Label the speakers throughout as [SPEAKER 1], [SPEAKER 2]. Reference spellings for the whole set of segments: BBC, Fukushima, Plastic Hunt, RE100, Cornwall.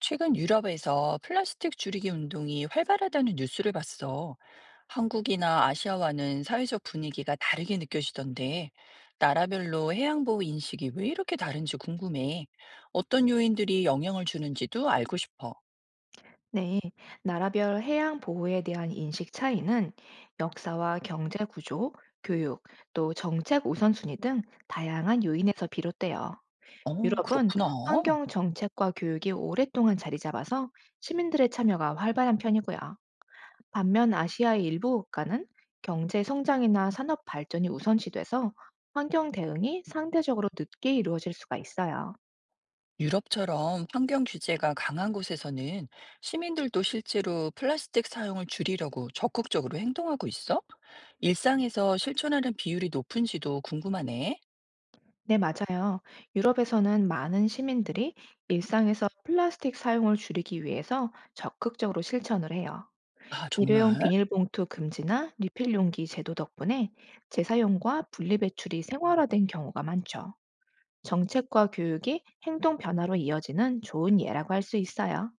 [SPEAKER 1] 최근 유럽에서 플라스틱 줄이기 운동이 활발하다는 뉴스를 봤어. 한국이나 아시아와는 사회적 분위기가 다르게 느껴지던데, 나라별로 해양보호 인식이 왜 이렇게 다른지 궁금해. 어떤 요인들이 영향을 주는지도 알고 싶어.
[SPEAKER 2] 네, 나라별 해양 보호에 대한 인식 차이는 역사와 경제 구조, 교육, 또 정책 우선순위 등 다양한 요인에서 비롯돼요. 유럽은
[SPEAKER 1] 그렇구나.
[SPEAKER 2] 환경 정책과 교육이 오랫동안 자리 잡아서 시민들의 참여가 활발한 편이고요. 반면 아시아의 일부 국가는 경제 성장이나 산업 발전이 우선시돼서 환경 대응이 상대적으로 늦게 이루어질 수가 있어요.
[SPEAKER 1] 유럽처럼 환경 규제가 강한 곳에서는 시민들도 실제로 플라스틱 사용을 줄이려고 적극적으로 행동하고 있어? 일상에서 실천하는 비율이 높은지도 궁금하네.
[SPEAKER 2] 네, 맞아요. 유럽에서는 많은 시민들이 일상에서 플라스틱 사용을 줄이기 위해서 적극적으로 실천을 해요.
[SPEAKER 1] 아,
[SPEAKER 2] 일회용
[SPEAKER 1] 정말?
[SPEAKER 2] 비닐봉투 금지나 리필 용기 제도 덕분에 재사용과 분리배출이 생활화된 경우가 많죠. 정책과 교육이 행동 변화로 이어지는 좋은 예라고 할 수 있어요.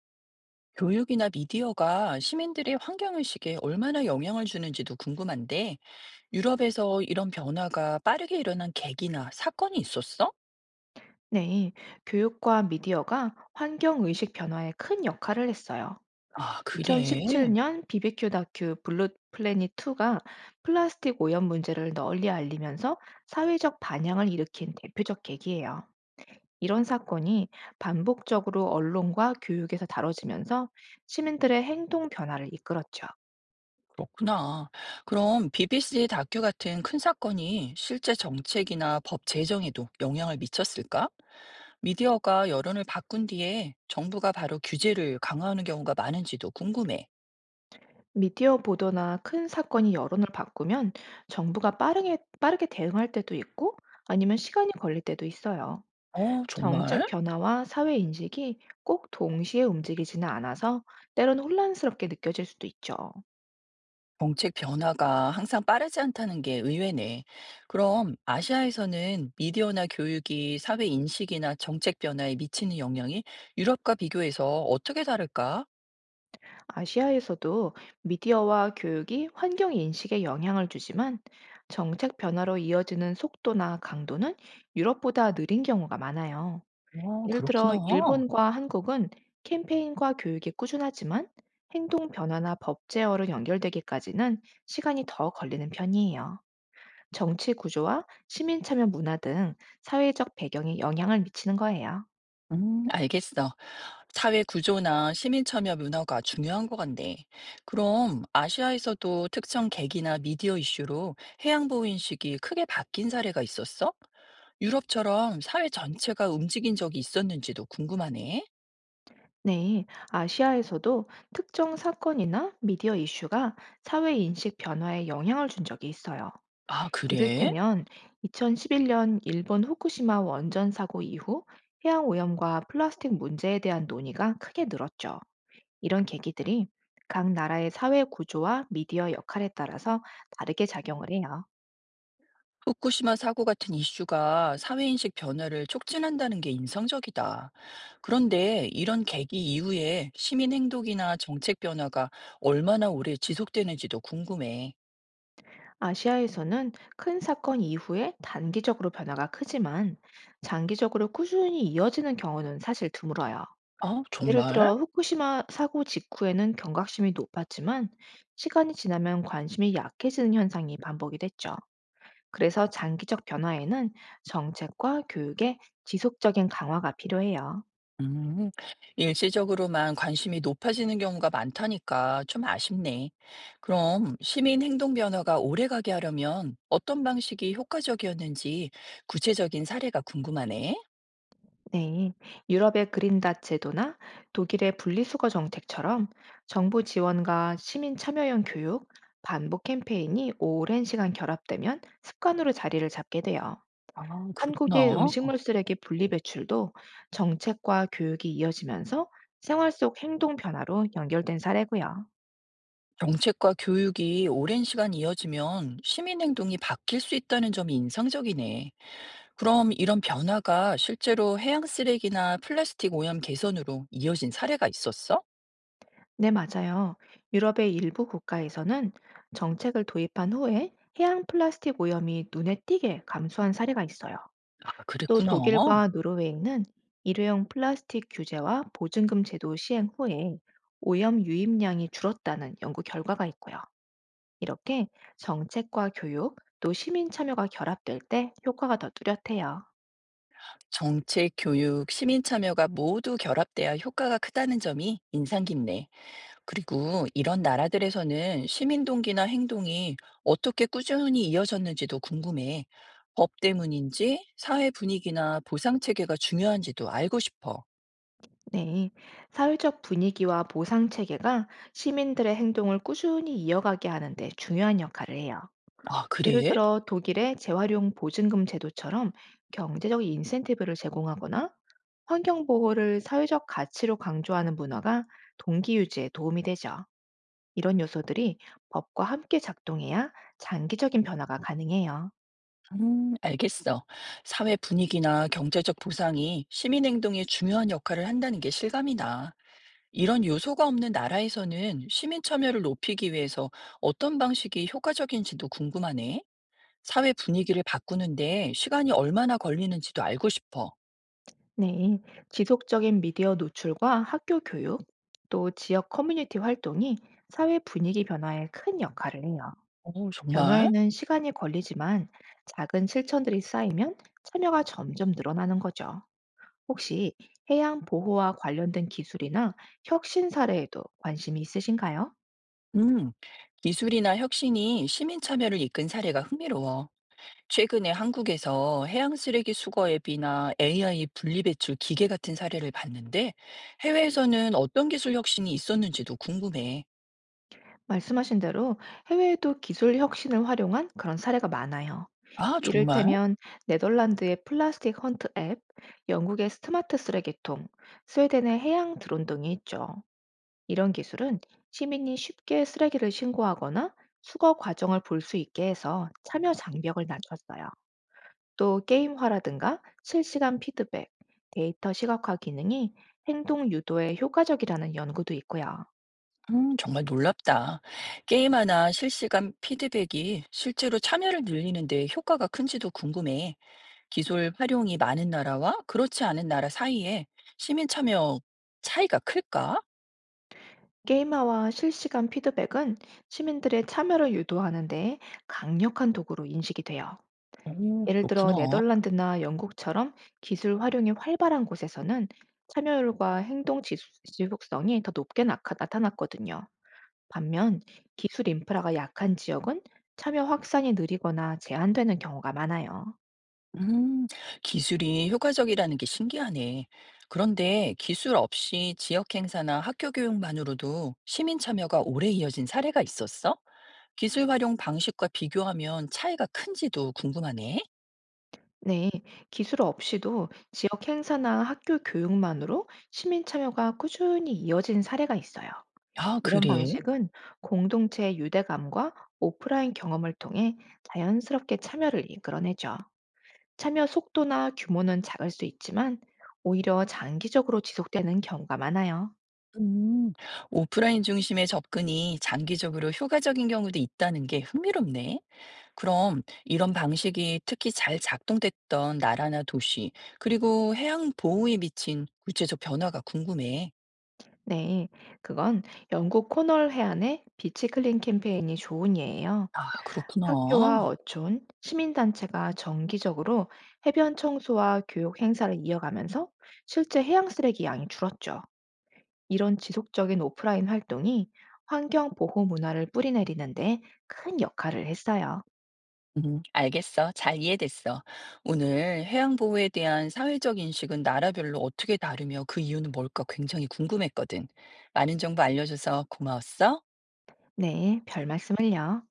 [SPEAKER 1] 교육이나 미디어가 시민들의 환경의식에 얼마나 영향을 주는지도 궁금한데, 유럽에서 이런 변화가 빠르게 일어난 계기나 사건이 있었어?
[SPEAKER 2] 네, 교육과 미디어가 환경 의식 변화에 큰 역할을 했어요.
[SPEAKER 1] 아, 그래.
[SPEAKER 2] 2017년 비비큐 다큐 블루 플래닛 2가 플라스틱 오염 문제를 널리 알리면서 사회적 반향을 일으킨 대표적 계기예요. 이런 사건이 반복적으로 언론과 교육에서 다뤄지면서 시민들의 행동 변화를 이끌었죠.
[SPEAKER 1] 그렇구나. 그럼 BBC 다큐 같은 큰 사건이 실제 정책이나 법 제정에도 영향을 미쳤을까? 미디어가 여론을 바꾼 뒤에 정부가 바로 규제를 강화하는 경우가 많은지도 궁금해.
[SPEAKER 2] 미디어 보도나 큰 사건이 여론을 바꾸면 정부가 빠르게, 빠르게 대응할 때도 있고 아니면 시간이 걸릴 때도 있어요.
[SPEAKER 1] 정말?
[SPEAKER 2] 정책 변화와 사회 인식이 꼭 동시에 움직이지는 않아서 때론 혼란스럽게 느껴질 수도 있죠.
[SPEAKER 1] 정책 변화가 항상 빠르지 않다는 게 의외네. 그럼 아시아에서는 미디어나 교육이 사회 인식이나 정책 변화에 미치는 영향이 유럽과 비교해서 어떻게 다를까?
[SPEAKER 2] 아시아에서도 미디어와 교육이 환경 인식에 영향을 주지만 정책 변화로 이어지는 속도나 강도는 유럽보다 느린 경우가 많아요. 예를
[SPEAKER 1] 그렇구나.
[SPEAKER 2] 들어 일본과 한국은 캠페인과 교육이 꾸준하지만 행동 변화나 법 제어로 연결되기까지는 시간이 더 걸리는 편이에요. 정치 구조와 시민 참여 문화 등 사회적 배경이 영향을 미치는 거예요.
[SPEAKER 1] 알겠어. 사회 구조나 시민 참여 문화가 중요한 것 같네. 그럼 아시아에서도 특정 계기나 미디어 이슈로 해양 보호 인식이 크게 바뀐 사례가 있었어? 유럽처럼 사회 전체가 움직인 적이 있었는지도 궁금하네.
[SPEAKER 2] 네, 아시아에서도 특정 사건이나 미디어 이슈가 사회 인식 변화에 영향을 준 적이 있어요.
[SPEAKER 1] 아, 그래?
[SPEAKER 2] 이를테면 2011년 일본 후쿠시마 원전 사고 이후 해양 오염과 플라스틱 문제에 대한 논의가 크게 늘었죠. 이런 계기들이 각 나라의 사회 구조와 미디어 역할에 따라서 다르게 작용을 해요.
[SPEAKER 1] 후쿠시마 사고 같은 이슈가 사회인식 변화를 촉진한다는 게 인상적이다. 그런데 이런 계기 이후에 시민 행동이나 정책 변화가 얼마나 오래 지속되는지도 궁금해.
[SPEAKER 2] 아시아에서는 큰 사건 이후에 단기적으로 변화가 크지만 장기적으로 꾸준히 이어지는 경우는 사실 드물어요.
[SPEAKER 1] 아,
[SPEAKER 2] 예를
[SPEAKER 1] 정말?
[SPEAKER 2] 들어 후쿠시마 사고 직후에는 경각심이 높았지만 시간이 지나면 관심이 약해지는 현상이 반복이 됐죠. 그래서 장기적 변화에는 정책과 교육의 지속적인 강화가 필요해요.
[SPEAKER 1] 음, 일시적으로만 관심이 높아지는 경우가 많다니까 좀 아쉽네. 그럼 시민 행동 변화가 오래가게 하려면 어떤 방식이 효과적이었는지 구체적인 사례가 궁금하네.
[SPEAKER 2] 네, 유럽의 그린다 제도나 독일의 분리수거 정책처럼 정부 지원과 시민 참여형 교육, 반복 캠페인이 오랜 시간 결합되면 습관으로 자리를 잡게 돼요.
[SPEAKER 1] 아,
[SPEAKER 2] 한국의
[SPEAKER 1] 그렇구나.
[SPEAKER 2] 음식물 쓰레기 분리 배출도 정책과 교육이 이어지면서 생활 속 행동 변화로 연결된 사례고요.
[SPEAKER 1] 정책과 교육이 오랜 시간 이어지면 시민 행동이 바뀔 수 있다는 점이 인상적이네. 그럼 이런 변화가 실제로 해양 쓰레기나 플라스틱 오염 개선으로 이어진 사례가 있었어?
[SPEAKER 2] 네, 맞아요. 유럽의 일부 국가에서는 정책을 도입한 후에 해양 플라스틱 오염이 눈에 띄게 감소한 사례가 있어요.
[SPEAKER 1] 아,
[SPEAKER 2] 또
[SPEAKER 1] 그랬구나.
[SPEAKER 2] 독일과 노르웨이는 일회용 플라스틱 규제와 보증금 제도 시행 후에 오염 유입량이 줄었다는 연구 결과가 있고요. 이렇게 정책과 교육 또 시민 참여가 결합될 때 효과가 더 뚜렷해요.
[SPEAKER 1] 정책, 교육, 시민 참여가 모두 결합돼야 효과가 크다는 점이 인상 깊네. 그리고 이런 나라들에서는 시민 동기나 행동이 어떻게 꾸준히 이어졌는지도 궁금해. 법 때문인지 사회 분위기나 보상 체계가 중요한지도 알고 싶어.
[SPEAKER 2] 네. 사회적 분위기와 보상 체계가 시민들의 행동을 꾸준히 이어가게 하는데 중요한 역할을 해요.
[SPEAKER 1] 아,
[SPEAKER 2] 예를
[SPEAKER 1] 그래?
[SPEAKER 2] 들어 독일의 재활용 보증금 제도처럼 경제적 인센티브를 제공하거나 환경 보호를 사회적 가치로 강조하는 문화가 동기 유지에 도움이 되죠. 이런 요소들이 법과 함께 작동해야 장기적인 변화가 가능해요.
[SPEAKER 1] 알겠어. 사회 분위기나 경제적 보상이 시민 행동에 중요한 역할을 한다는 게 실감이 나. 이런 요소가 없는 나라에서는 시민 참여를 높이기 위해서 어떤 방식이 효과적인지도 궁금하네. 사회 분위기를 바꾸는데 시간이 얼마나 걸리는지도 알고 싶어.
[SPEAKER 2] 네, 지속적인 미디어 노출과 학교 교육, 또 지역 커뮤니티 활동이 사회 분위기 변화에 큰 역할을 해요.
[SPEAKER 1] 오 정말?
[SPEAKER 2] 변화에는 시간이 걸리지만 작은 실천들이 쌓이면 참여가 점점 늘어나는 거죠. 혹시 해양 보호와 관련된 기술이나 혁신 사례에도 관심이 있으신가요?
[SPEAKER 1] 음, 기술이나 혁신이 시민 참여를 이끈 사례가 흥미로워. 최근에 한국에서 해양 쓰레기 수거 앱이나 AI 분리배출 기계 같은 사례를 봤는데, 해외에서는 어떤 기술 혁신이 있었는지도 궁금해.
[SPEAKER 2] 말씀하신 대로 해외에도 기술 혁신을 활용한 그런 사례가 많아요.
[SPEAKER 1] 아, 정말?
[SPEAKER 2] 이를테면 네덜란드의 플라스틱 헌트 앱, 영국의 스마트 쓰레기통, 스웨덴의 해양 드론 등이 있죠. 이런 기술은 시민이 쉽게 쓰레기를 신고하거나 수거 과정을 볼 수 있게 해서 참여 장벽을 낮췄어요. 또 게임화라든가 실시간 피드백, 데이터 시각화 기능이 행동 유도에 효과적이라는 연구도 있고요.
[SPEAKER 1] 정말 놀랍다. 게임 하나 실시간 피드백이 실제로 참여를 늘리는데 효과가 큰지도 궁금해. 기술 활용이 많은 나라와 그렇지 않은 나라 사이에 시민 참여 차이가 클까?
[SPEAKER 2] 게임화와 실시간 피드백은 시민들의 참여를 유도하는 데 강력한 도구로 인식이 돼요.
[SPEAKER 1] 오,
[SPEAKER 2] 예를 들어
[SPEAKER 1] 그렇구나.
[SPEAKER 2] 네덜란드나 영국처럼 기술 활용이 활발한 곳에서는 참여율과 행동 지속성이 더 높게 나타났거든요. 반면 기술 인프라가 약한 지역은 참여 확산이 느리거나 제한되는 경우가 많아요.
[SPEAKER 1] 음, 기술이 효과적이라는 게 신기하네. 그런데 기술 없이 지역 행사나 학교 교육만으로도 시민 참여가 오래 이어진 사례가 있었어? 기술 활용 방식과 비교하면 차이가 큰지도 궁금하네.
[SPEAKER 2] 네, 기술 없이도 지역 행사나 학교 교육만으로 시민 참여가 꾸준히 이어진 사례가 있어요.
[SPEAKER 1] 아,
[SPEAKER 2] 이런
[SPEAKER 1] 그래?
[SPEAKER 2] 방식은 공동체의 유대감과 오프라인 경험을 통해 자연스럽게 참여를 이끌어내죠. 참여 속도나 규모는 작을 수 있지만 오히려 장기적으로 지속되는 경우가 많아요.
[SPEAKER 1] 음, 오프라인 중심의 접근이 장기적으로 효과적인 경우도 있다는 게 흥미롭네. 그럼 이런 방식이 특히 잘 작동됐던 나라나 도시, 그리고 해양 보호에 미친 구체적 변화가 궁금해.
[SPEAKER 2] 네, 그건 영국 코널 해안의 비치 클린 캠페인이 좋은 예예요.
[SPEAKER 1] 아,
[SPEAKER 2] 학교와
[SPEAKER 1] 그렇구나.
[SPEAKER 2] 어촌, 시민단체가 정기적으로 해변 청소와 교육 행사를 이어가면서 실제 해양 쓰레기 양이 줄었죠. 이런 지속적인 오프라인 활동이 환경 보호 문화를 뿌리내리는데 큰 역할을 했어요.
[SPEAKER 1] 알겠어. 잘 이해됐어. 오늘 해양 보호에 대한 사회적 인식은 나라별로 어떻게 다르며 그 이유는 뭘까 굉장히 궁금했거든. 많은 정보 알려줘서 고마웠어.
[SPEAKER 2] 네, 별 말씀을요.